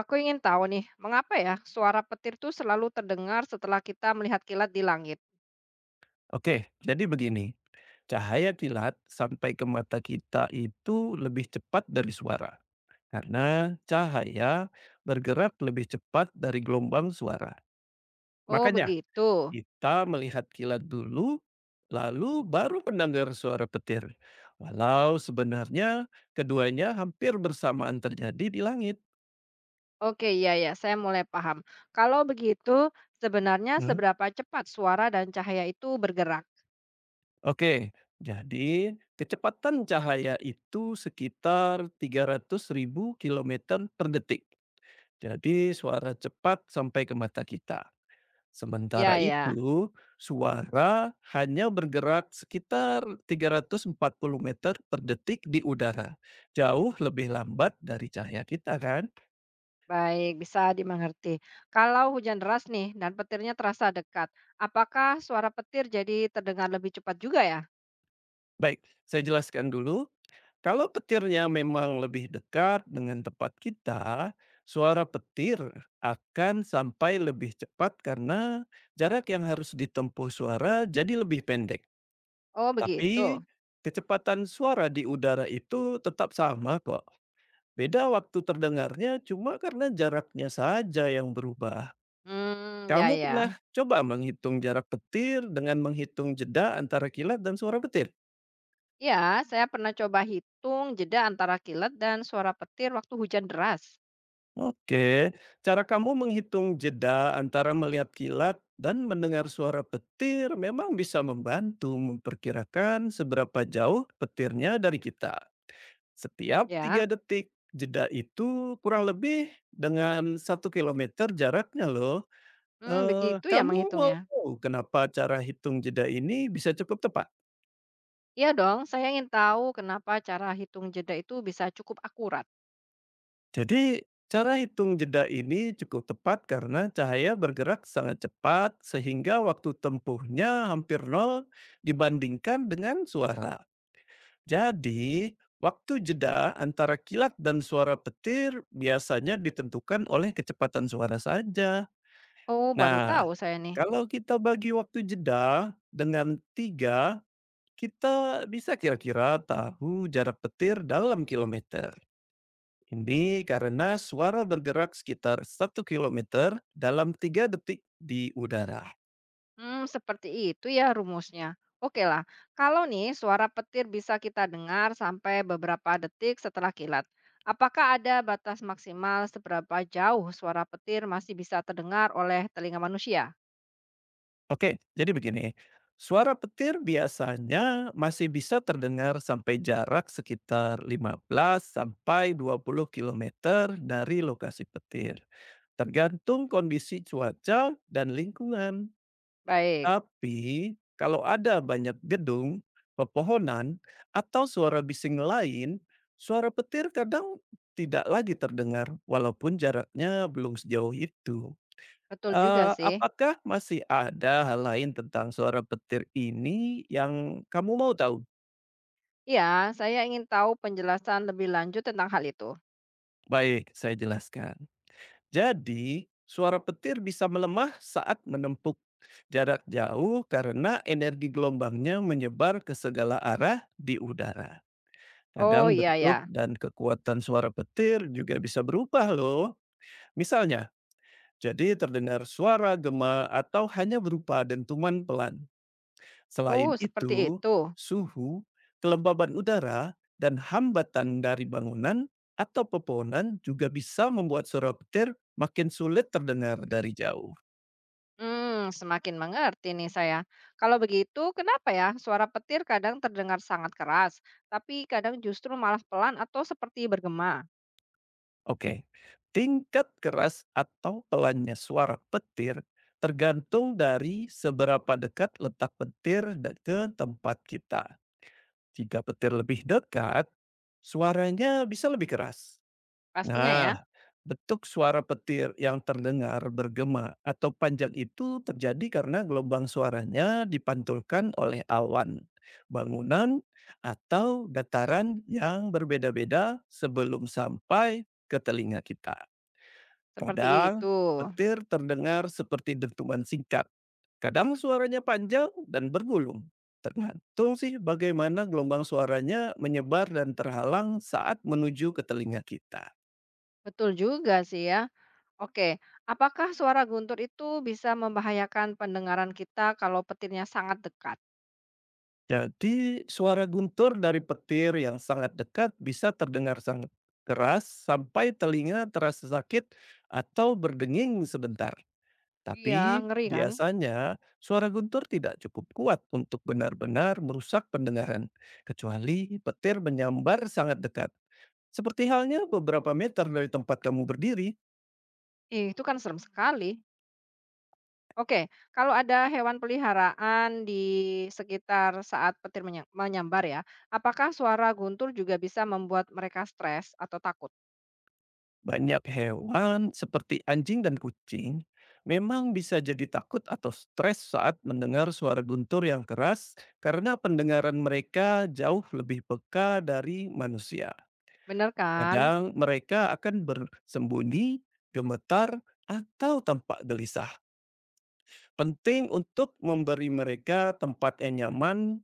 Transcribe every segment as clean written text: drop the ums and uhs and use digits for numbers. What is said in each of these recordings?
Aku ingin tahu nih, mengapa ya suara petir tuh selalu terdengar setelah kita melihat kilat di langit? Oke, jadi begini, cahaya kilat sampai ke mata kita itu lebih cepat dari suara. Karena cahaya bergerak lebih cepat dari gelombang suara. Oh, Makanya begitu. kita melihat kilat dulu, lalu baru mendengar suara petir. Walau sebenarnya keduanya hampir bersamaan terjadi di langit. Oke, iya ya, saya mulai paham. Kalau begitu, sebenarnya Hmm? seberapa cepat suara dan cahaya itu bergerak? Oke, jadi kecepatan cahaya itu sekitar 300.000 kilometer per detik. Jadi suara cepat sampai ke mata kita. Sementara Ya ya, itu, suara hanya bergerak sekitar 340 meter per detik di udara. Jauh lebih lambat dari cahaya kita kan? baik, bisa dimengerti. Kalau hujan deras nih dan petirnya terasa dekat, apakah suara petir jadi terdengar lebih cepat juga ya? Baik, saya jelaskan dulu. Kalau petirnya memang lebih dekat dengan tempat kita, suara petir akan sampai lebih cepat karena jarak yang harus ditempuh suara jadi lebih pendek. Oh, begitu. Tapi, kecepatan suara di udara itu tetap sama kok, beda waktu terdengarnya cuma karena jaraknya saja yang berubah. Hmm, ya Kamu pernah ya. coba menghitung jarak petir dengan menghitung jeda antara kilat dan suara petir? Ya, saya pernah coba hitung jeda antara kilat dan suara petir waktu hujan deras. Oke, cara kamu menghitung jeda antara melihat kilat dan mendengar suara petir memang bisa membantu memperkirakan seberapa jauh petirnya dari kita. Setiap 3 Ya, detik jeda itu kurang lebih dengan satu kilometer jaraknya loh. hmm, begitu ya Kamu mau menghitungnya. tahu kenapa cara hitung jeda ini bisa cukup tepat? Iya dong, saya ingin tahu kenapa cara hitung jeda itu bisa cukup akurat. Jadi cara hitung jeda ini cukup tepat karena cahaya bergerak sangat cepat sehingga waktu tempuhnya hampir nol dibandingkan dengan suara. Jadi, waktu jeda antara kilat dan suara petir biasanya ditentukan oleh kecepatan suara saja. Oh, baru Nah, tahu saya nih. kalau kita bagi waktu jeda dengan 3, kita bisa kira-kira tahu jarak petir dalam kilometer. Ini karena suara bergerak sekitar satu kilometer dalam 3 detik di udara. Hmm, seperti itu ya rumusnya. Oke lah, kalau nih suara petir bisa kita dengar sampai beberapa detik setelah kilat. Apakah ada batas maksimal seberapa jauh suara petir masih bisa terdengar oleh telinga manusia? Oke, jadi begini. Suara petir biasanya masih bisa terdengar sampai jarak sekitar 15 sampai 20 kilometer dari lokasi petir, tergantung kondisi cuaca dan lingkungan. Baik, Tapi, kalau ada banyak gedung, pepohonan, atau suara bising lain, suara petir kadang tidak lagi terdengar walaupun jaraknya belum sejauh itu. betul juga sih. Apakah masih ada hal lain tentang suara petir ini yang kamu mau tahu? Iya, saya ingin tahu penjelasan lebih lanjut tentang hal itu. Baik, saya jelaskan. Jadi, suara petir bisa melemah saat menempuh jarak jauh karena energi gelombangnya menyebar ke segala arah di udara. Oh Kadang iya bentuk ya. dan kekuatan suara petir juga bisa berubah loh. Misalnya, jadi terdengar suara gema atau hanya berupa dentuman pelan. Selain Oh, seperti itu, itu. suhu, kelembaban udara, dan hambatan dari bangunan atau pepohonan juga bisa membuat suara petir makin sulit terdengar dari jauh. Hmm, semakin mengerti nih saya. Kalau begitu, kenapa ya suara petir kadang terdengar sangat keras, tapi kadang justru malah pelan atau seperti bergema? Oke, tingkat keras atau pelannya suara petir tergantung dari seberapa dekat letak petir ke tempat kita. Jika petir lebih dekat, suaranya bisa lebih keras. Pastinya ya, Nah, bentuk suara petir yang terdengar bergema atau panjang itu terjadi karena gelombang suaranya dipantulkan oleh awan, bangunan, atau dataran yang berbeda-beda sebelum sampai ke telinga kita. seperti itu. Kadang, petir terdengar seperti dentuman singkat, kadang suaranya panjang dan bergulung. Tergantung sih bagaimana gelombang suaranya menyebar dan terhalang saat menuju ke telinga kita. Betul juga sih ya. Oke, apakah suara guntur itu bisa membahayakan pendengaran kita kalau petirnya sangat dekat? Jadi, suara guntur dari petir yang sangat dekat bisa terdengar sangat keras sampai telinga terasa sakit atau berdenging sebentar. Iya, Tapi ngeri kan? biasanya suara guntur tidak cukup kuat untuk benar-benar merusak pendengaran, kecuali petir menyambar sangat dekat. Seperti halnya beberapa meter dari tempat kamu berdiri, Ih, itu kan serem sekali. Oke, kalau ada hewan peliharaan di sekitar saat petir menyambar ya, apakah suara guntur juga bisa membuat mereka stres atau takut? banyak hewan seperti anjing dan kucing memang bisa jadi takut atau stres saat mendengar suara guntur yang keras karena pendengaran mereka jauh lebih peka dari manusia. Bener kan? Kadang mereka akan bersembunyi, gemetar, atau tampak gelisah. Penting untuk memberi mereka tempat yang nyaman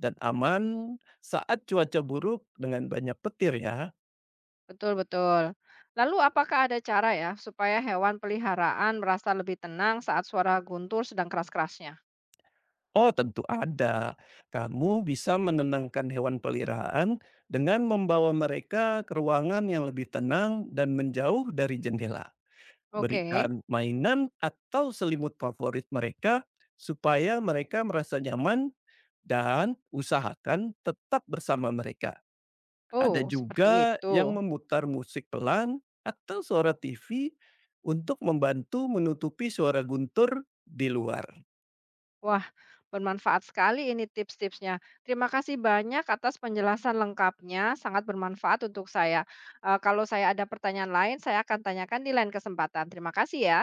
dan aman saat cuaca buruk dengan banyak petir ya. Betul-betul. Lalu apakah ada cara ya supaya hewan peliharaan merasa lebih tenang saat suara guntur sedang keras-kerasnya? Oh tentu ada. Kamu bisa menenangkan hewan peliharaan dengan membawa mereka ke ruangan yang lebih tenang dan menjauh dari jendela. Oke. Berikan mainan atau selimut favorit mereka supaya mereka merasa nyaman dan usahakan tetap bersama mereka. Ada Oh, seperti juga yang itu. memutar musik pelan atau suara TV untuk membantu menutupi suara guntur di luar. Wah, bermanfaat sekali ini tips-tipsnya. Terima kasih banyak atas penjelasan lengkapnya, sangat bermanfaat untuk saya. Kalau saya ada pertanyaan lain, saya akan tanyakan di lain kesempatan. Terima kasih ya.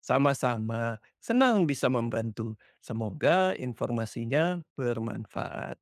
Sama-sama, senang bisa membantu. Semoga informasinya bermanfaat.